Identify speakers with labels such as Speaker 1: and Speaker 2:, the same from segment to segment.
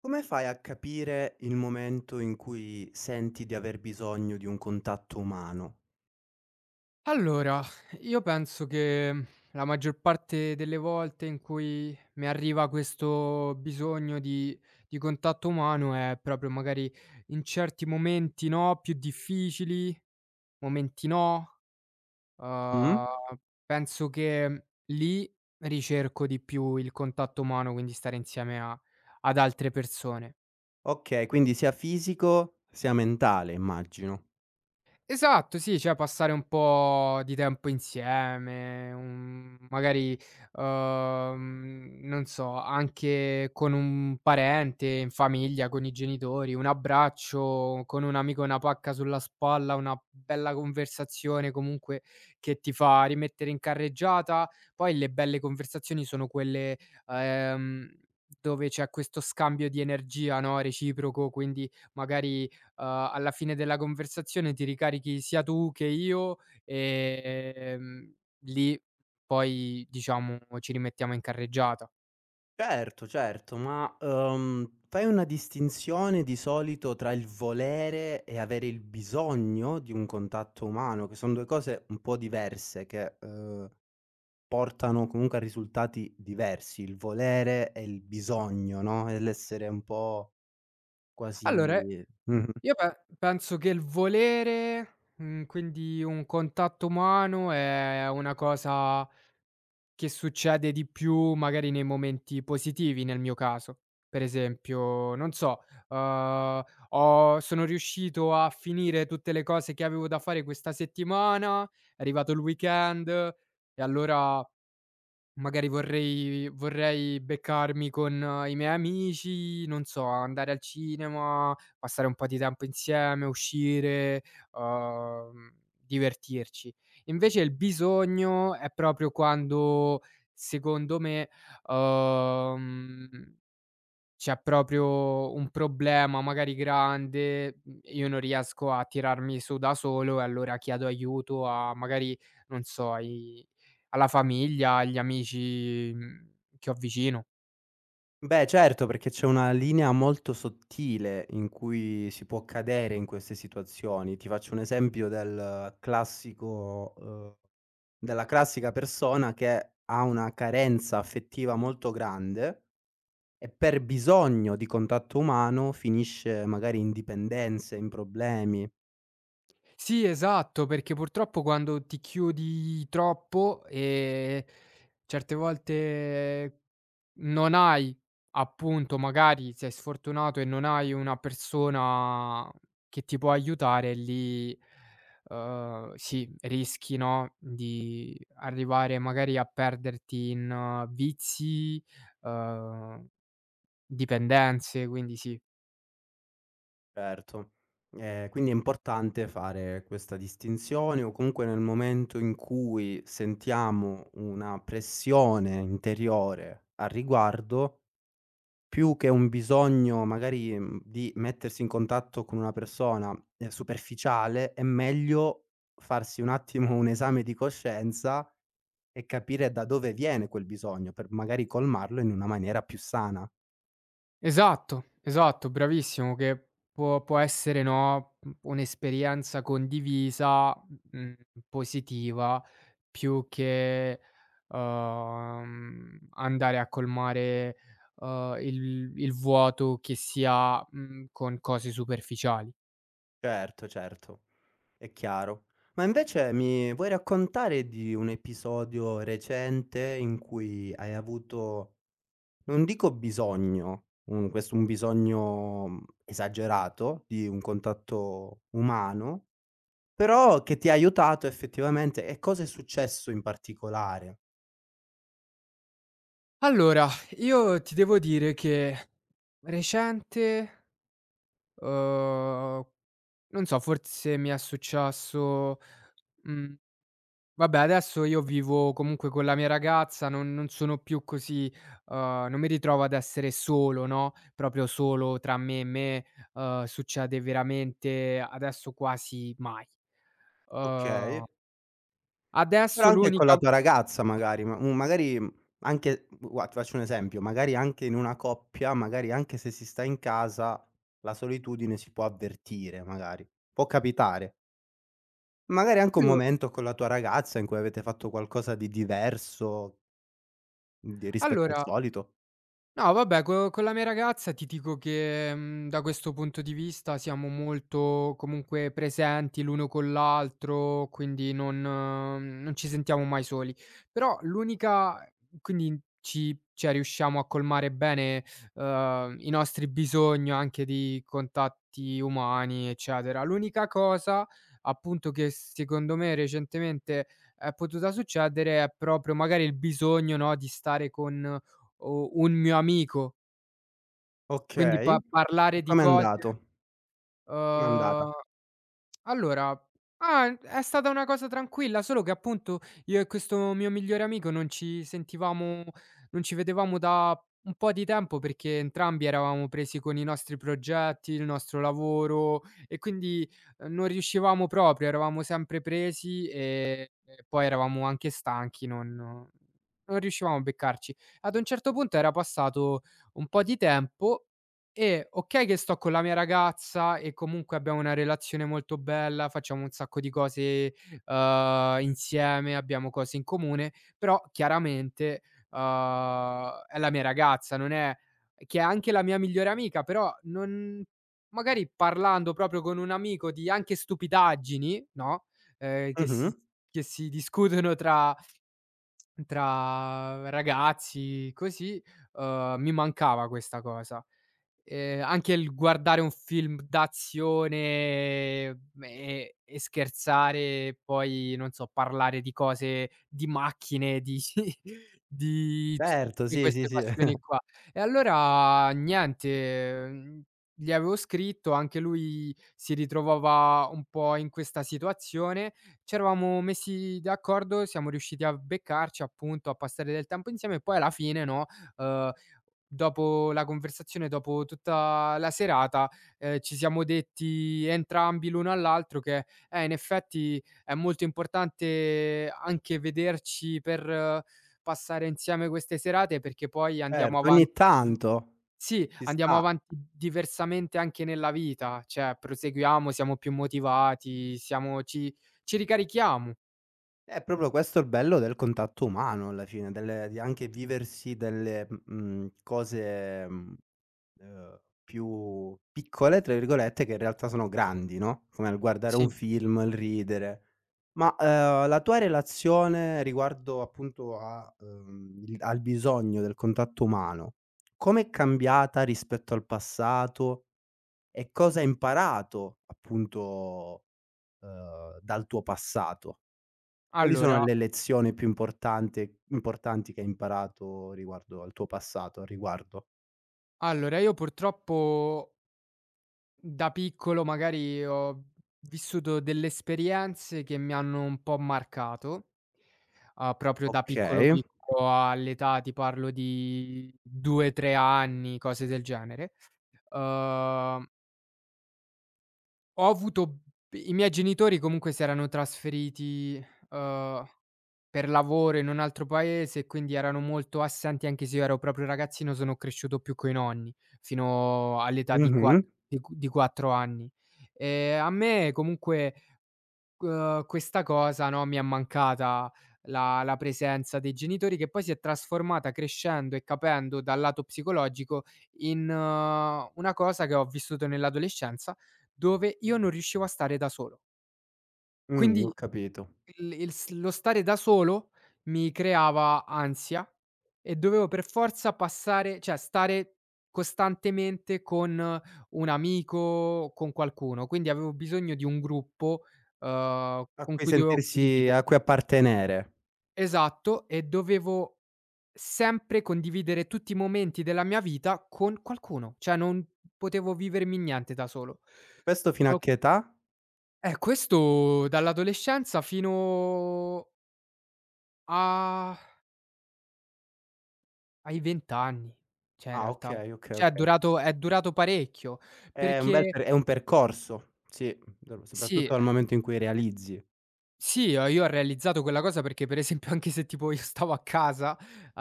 Speaker 1: Come fai a capire il momento in cui senti di aver bisogno di un contatto umano?
Speaker 2: Allora, io penso che la maggior parte delle volte in cui mi arriva questo bisogno di contatto umano è proprio magari in certi momenti, no, più difficili, momenti no,
Speaker 1: Mh?
Speaker 2: uhm, penso che lì ricerco di più il contatto umano, quindi stare insieme a ad altre persone.
Speaker 1: Okay, quindi sia fisico sia mentale immagino.
Speaker 2: Esatto, sì, cioè passare un po' di tempo insieme, un magari, non so, anche con un parente, in famiglia, con i genitori, un abbraccio, con un amico una pacca sulla spalla, una bella conversazione comunque che ti fa rimettere in carreggiata. Poi le belle conversazioni sono quelle, ehm, dove c'è questo scambio di energia, no, reciproco, quindi magari alla fine della conversazione ti ricarichi sia tu che io, ehm, lì poi diciamo ci rimettiamo in carreggiata.
Speaker 1: Certo, certo, ma, fai una distinzione di solito tra il volere e avere il bisogno di un contatto umano, che son 2 cose un po' diverse che, portano comunque a risultati diversi, il volere e il bisogno, no, è l'essere un po'
Speaker 2: Allora,
Speaker 1: quasi mh-mh.
Speaker 2: io pe penso che il volere, quindi un contatto umano è una cosa che succede di più magari nei momenti positivi nel mio caso. Per esempio, non so, uhm, ho sono riuscito a finire tutte le cose che avevo da fare questa settimana, è arrivato il weekend e allora magari vorrei beccarmi con i miei amici, non so, andare al cinema, passare un po' di tempo insieme, uscire, uhm, divertirci. Invece il bisogno è proprio quando, secondo me, uhm c'è proprio un problema magari grande, io non riesco a tirarmi su da solo e allora chiedo aiuto a magari, non so, ai alla famiglia, agli amici, che ho vicino.
Speaker 1: Beh certo, perché c'è una linea molto sottile in cui si può cadere in queste situazioni. Ti faccio un esempio del classico della classica persona che ha una carenza affettiva molto grande e per bisogno di contatto umano finisce magari in dipendenze, in problemi.
Speaker 2: Sì, esatto, perché purtroppo quando ti chiudi troppo, certe volte non hai appunto magari sei sfortunato e non hai una persona che ti può aiutare lì, sì, rischi, no, di arrivare magari a perderti in vizi, uhm, dipendenze, quindi sì.
Speaker 1: Certo. Quindi è importante fare questa distinzione o comunque nel momento in cui sentiamo una pressione interiore al riguardo, più che un bisogno magari, mhmm, di mettersi in contatto con una persona, superficiale, è meglio farsi un attimo un esame di coscienza e capire da dove viene quel bisogno per magari colmarlo in una maniera più sana.
Speaker 2: Esatto, esatto, bravissimo, che può essere, no, un'esperienza condivisa, mhmm, positiva più che, andare a colmare, il vuoto che si ha, con cose superficiali.
Speaker 1: Certo, certo. È chiaro. Ma invece mi vuoi raccontare di un episodio recente in cui hai avuto, non dico bisogno, un bisogno, mhmm, esagerato di un contatto umano, però che ti ha aiutato effettivamente e cosa è successo in particolare?
Speaker 2: Allora, io ti devo dire che recente, uhm, non so, forse mi è successo, mhmm vabbè, adesso io vivo comunque con la mia ragazza, non sono più così uhm, non mi ritrovo ad essere solo, no, proprio solo tra me e me, succede veramente adesso quasi mai. Uhm,
Speaker 1: Okay. Però
Speaker 2: Adesso
Speaker 1: anche con
Speaker 2: l'unica
Speaker 1: la tua ragazza magari, ma u magari, mhmm, anche gua ti faccio un esempio, magari anche in una coppia, magari anche se si sta in casa, la solitudine si può avvertire magari, può capitare. Magari anche un
Speaker 2: allo
Speaker 1: momento con la tua ragazza in cui avete fatto qualcosa di diverso, di rispetto al
Speaker 2: allora
Speaker 1: solito.
Speaker 2: no vabbè, co con la mia ragazza ti dico che, da questo punto di vista siamo molto comunque presenti l'uno con l'altro, quindi non non ci sentiamo mai soli. Però l'unica quindi ci cioè riusciamo a colmare bene, i nostri bisogni anche di contatti umani, eccetera. L'unica cosa appunto che secondo me recentemente è potuta succedere è proprio magari il bisogno, no, di stare con o un mio amico, quindi
Speaker 1: Okay.
Speaker 2: pa
Speaker 1: E
Speaker 2: parlare di
Speaker 1: com'è
Speaker 2: cose,
Speaker 1: andato? Com'è andata?
Speaker 2: uhm allora ah, è stata una cosa tranquilla, solo che appunto io e questo mio migliore amico non ci sentivamo, non ci vedevamo da un po' di tempo perché entrambi eravamo presi con i nostri progetti, il nostro lavoro e quindi, non riuscivamo proprio, eravamo sempre presi, e poi eravamo anche stanchi, non riuscivamo a beccarci. Ad un certo punto era passato un po' di tempo e okay che sto con la mia ragazza e comunque abbiamo una relazione molto bella, facciamo un sacco di cose, insieme, abbiamo cose in comune, però chiaramente, uhm, è la mia ragazza, non è che è anche la mia migliore amica, però non magari parlando proprio con un amico di anche stupidaggini, no, ehm, che
Speaker 1: Mh-mh.
Speaker 2: si che si discutono tra ragazzi così, mi mancava questa cosa. Anche il guardare un film d'azione, e scherzare e poi, non so, parlare di cose, di macchine, di di
Speaker 1: Certo,
Speaker 2: tutte
Speaker 1: sì, sì,
Speaker 2: queste
Speaker 1: sì.
Speaker 2: passioni qua. E allora niente, gli avevo scritto, anche lui si ritrovava un po' in questa situazione, c'eravamo messi d'accordo, siamo riusciti a beccarci appunto, a passare del tempo insieme e poi alla fine, no, uhm dopo la conversazione, dopo tutta la serata, ci siamo detti entrambi l'uno all'altro che: in effetti è molto importante anche vederci per passare insieme queste serate perché poi andiamo
Speaker 1: Certo,
Speaker 2: avanti".
Speaker 1: ogni tanto,
Speaker 2: Sì,
Speaker 1: ci
Speaker 2: andiamo
Speaker 1: sta.
Speaker 2: avanti diversamente anche nella vita, cioè proseguiamo, siamo più motivati, siamo ci ci ricarichiamo.
Speaker 1: È proprio questo il bello del contatto umano alla fine, delle di anche viversi delle, mhmm, cose, mhmm, più "piccole" tra virgolette, che in realtà sono grandi, no, come il guardare un
Speaker 2: Sì.
Speaker 1: film, il ridere. Ma, la tua relazione riguardo appunto a il al bisogno del contatto umano, com'è cambiata rispetto al passato e cosa hai imparato appunto, dal tuo passato? Quali sono
Speaker 2: Allora
Speaker 1: le lezioni più importante importanti che hai imparato riguardo al tuo passato, al riguardo?
Speaker 2: allora io purtroppo da piccolo magari ho vissuto delle esperienze che mi hanno un po' marcato, proprio da piccolo
Speaker 1: Okay.
Speaker 2: piccolo all'età ti parlo di 2, 3 anni, cose del genere. Uhm, ho avuto b I miei genitori comunque si erano trasferiti, uhm per lavoro in un altro paese e quindi erano molto assenti anche se io ero proprio ragazzino, sono cresciuto più coi nonni, fino all'età di qua
Speaker 1: Mh-mh.
Speaker 2: di q di 4 anni. A me comunque, questa cosa, no, mi è mancata la presenza dei genitori, che poi si è trasformata crescendo e capendo dal lato psicologico in una cosa che ho vissuto nell'adolescenza, dove io non riuscivo a stare da solo. Quindi
Speaker 1: Ho capito.
Speaker 2: il s lo stare da solo mi creava ansia e dovevo per forza passare cioè stare costantemente con un amico, con qualcuno, quindi avevo bisogno di un gruppo,
Speaker 1: A
Speaker 2: con
Speaker 1: cui
Speaker 2: cui dovevo
Speaker 1: sentirsi a
Speaker 2: condividere.
Speaker 1: cui appartenere.
Speaker 2: Esatto, e dovevo sempre condividere tutti i momenti della mia vita con qualcuno, cioè non potevo vivermi niente da solo.
Speaker 1: Questo fino a
Speaker 2: Uhm,
Speaker 1: che età?
Speaker 2: eh, questo dall'adolescenza fino a Ai 20 anni, cioè in
Speaker 1: Ah,
Speaker 2: realtà.
Speaker 1: okay, okay,
Speaker 2: Cioè è
Speaker 1: okay.
Speaker 2: durato è durato parecchio, perché
Speaker 1: È un percorso, sì, d
Speaker 2: sì,
Speaker 1: soprattutto dal momento in cui realizzi.
Speaker 2: sì, ho io ho realizzato quella cosa perché per esempio anche se tipo io stavo a casa,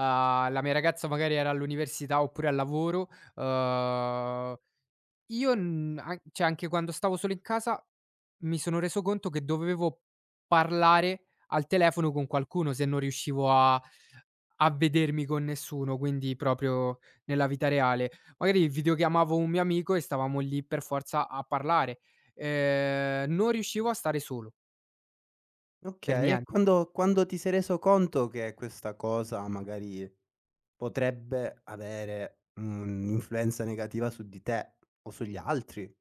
Speaker 2: la mia ragazza magari era all'università oppure al lavoro, uhm Io n an cioè anche quando stavo solo in casa, mi sono reso conto che dovevo parlare al telefono con qualcuno se non riuscivo a vedermi con nessuno, quindi proprio nella vita reale. Magari videochiamavo un mio amico e stavamo lì per forza a parlare. Non riuscivo a stare solo, per
Speaker 1: Okay, e
Speaker 2: nien
Speaker 1: quando ti sei reso conto che questa cosa magari potrebbe avere un'influenza negativa su di te o sugli altri?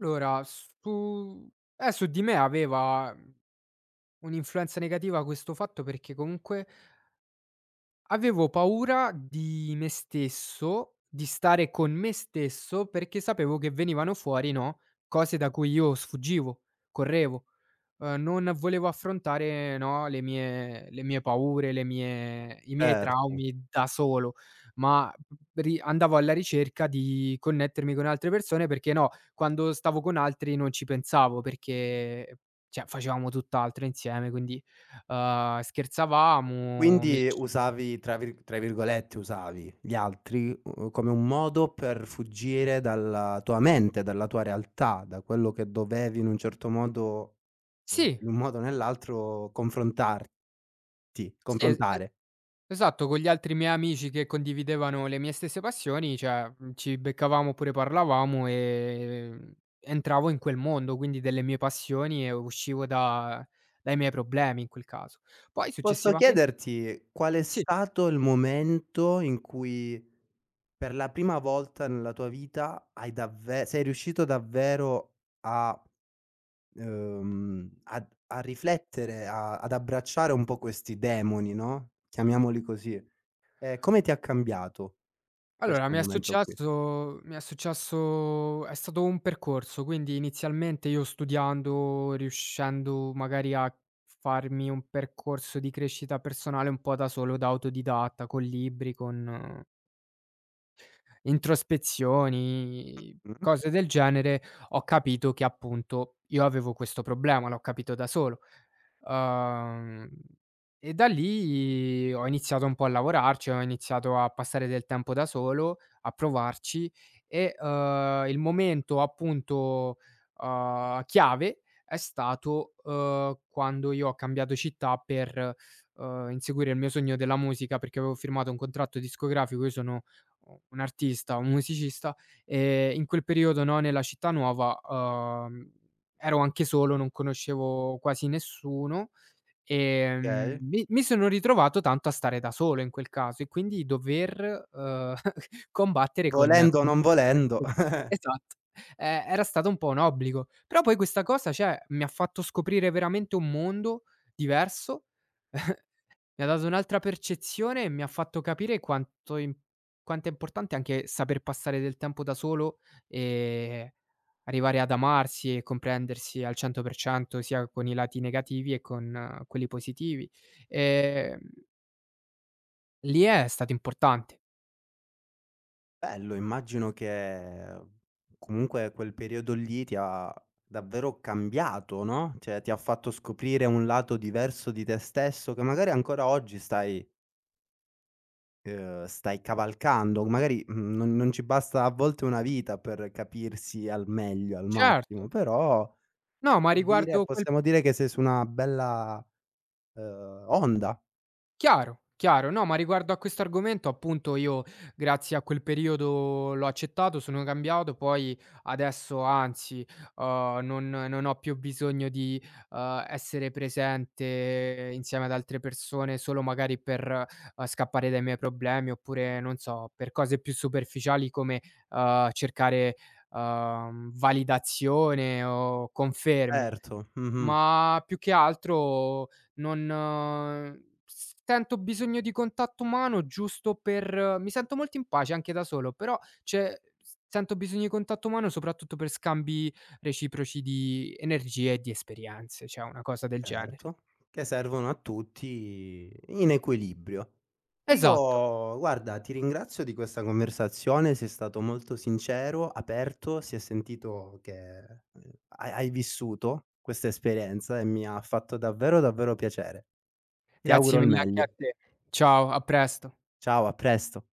Speaker 2: allora su di me aveva un'influenza negativa questo fatto perché comunque avevo paura di me stesso, di stare con me stesso, perché sapevo che venivano fuori, no, cose da cui io sfuggivo, correvo, non volevo affrontare, no, le mie paure, le mie i miei
Speaker 1: Certo.
Speaker 2: traumi da solo, ma ri andavo alla ricerca di connettermi con altre persone perché, no, quando stavo con altri non ci pensavo perché, cioè, facevamo tutt'altro insieme, quindi, scherzavamo, mi
Speaker 1: Quindi
Speaker 2: lascia
Speaker 1: usavi tra virgolette, "usavi" gli altri, come un modo per fuggire dalla tua mente, dalla tua realtà, da quello che dovevi in un certo modo
Speaker 2: sì,
Speaker 1: in un modo o nell'altro confrontarti
Speaker 2: sì, es e
Speaker 1: confrontare.
Speaker 2: esatto, con gli altri miei amici che condividevano le mie stesse passioni, cioè, ci beccavamo oppure parlavamo, entravo in quel mondo, quindi delle mie passioni e uscivo da dai miei problemi in quel caso. Poi
Speaker 1: Posso
Speaker 2: successivamen
Speaker 1: chiederti qual è
Speaker 2: Sì.
Speaker 1: stato il momento in cui per la prima volta nella tua vita hai davve sei riuscito davvero a a a riflettere, a ad abbracciare un po' questi demoni, no, chiamiamoli così. Come ti ha cambiato
Speaker 2: Allora,
Speaker 1: questo
Speaker 2: mi è
Speaker 1: momento qui?
Speaker 2: successo mi è successo è stato un percorso, quindi inizialmente io studiando, riuscendo magari a farmi un percorso di crescita personale un po' da solo, da autodidatta, con libri, con introspezioni,
Speaker 1: Mh,
Speaker 2: cose del genere, ho capito che appunto io avevo questo problema, l'ho capito da solo. Uhm, e da lì ho iniziato un po' a lavorarci, ho iniziato a passare del tempo da solo, a provarci e, il momento appunto, chiave è stato, quando io ho cambiato città per, inseguire il mio sogno della musica, perché avevo firmato un contratto discografico. Io sono u un artista, un musicista, in quel periodo, no, nella città nuova, ero anche solo, non conoscevo quasi nessuno,
Speaker 1: okay.
Speaker 2: mi sono ritrovato tanto a stare da solo in quel caso e quindi dover, combattere con
Speaker 1: Volendo o
Speaker 2: con me
Speaker 1: non volendo.
Speaker 2: stesso. Esatto. E era stato un po' un obbligo. Però poi questa cosa, cioè, mi ha fatto scoprire veramente un mondo diverso, mi ha dato un'altra percezione e mi ha fatto capire quanto è importante anche saper passare del tempo da solo e arrivare ad amarsi e comprendersi al 100% sia con i lati negativi e con quelli positivi. Ehm, Lì è stato importante.
Speaker 1: Bello, immagino che comunque quel periodo lì ti ha davvero cambiato, no, cioè ti ha fatto scoprire un lato diverso di te stesso che magari ancora oggi stai stai cavalcando, magari, mhmm, non ci basta a volte una vita per capirsi al meglio, al
Speaker 2: Certo.
Speaker 1: massimo, però si
Speaker 2: No, ma
Speaker 1: può dire
Speaker 2: riguardo quel
Speaker 1: possiamo dire che sei su una bella, onda.
Speaker 2: chiaro, chiaro. No, ma riguardo a questo argomento appunto io grazie a quel periodo l'ho accettato, sono cambiato, poi adesso anzi, non ho più bisogno di, essere presente insieme ad altre persone solo magari per, scappare dai miei problemi oppure, non so, per cose più superficiali come, cercare, validazione o conferme.
Speaker 1: Certo, mh-mh,
Speaker 2: Ma più che altro non s sento bisogno di contatto umano giusto per mi sento molto in pace anche da solo, però c'è s sento bisogno di contatto umano soprattutto per scambi reciproci di energie e di esperienze, cioè una cosa del genere.
Speaker 1: certo, che servono a tutti in equilibrio.
Speaker 2: Esatto.
Speaker 1: Io guarda, ti ringrazio di questa conversazione, sei stato molto sincero, aperto, si è sentito che, ehm, hai vissuto questa esperienza e mi ha fatto davvero, davvero piacere. Ti auguro
Speaker 2: Grazie
Speaker 1: il
Speaker 2: mille anche a
Speaker 1: meglio.
Speaker 2: te. Ciao, a presto.
Speaker 1: Ciao, a presto.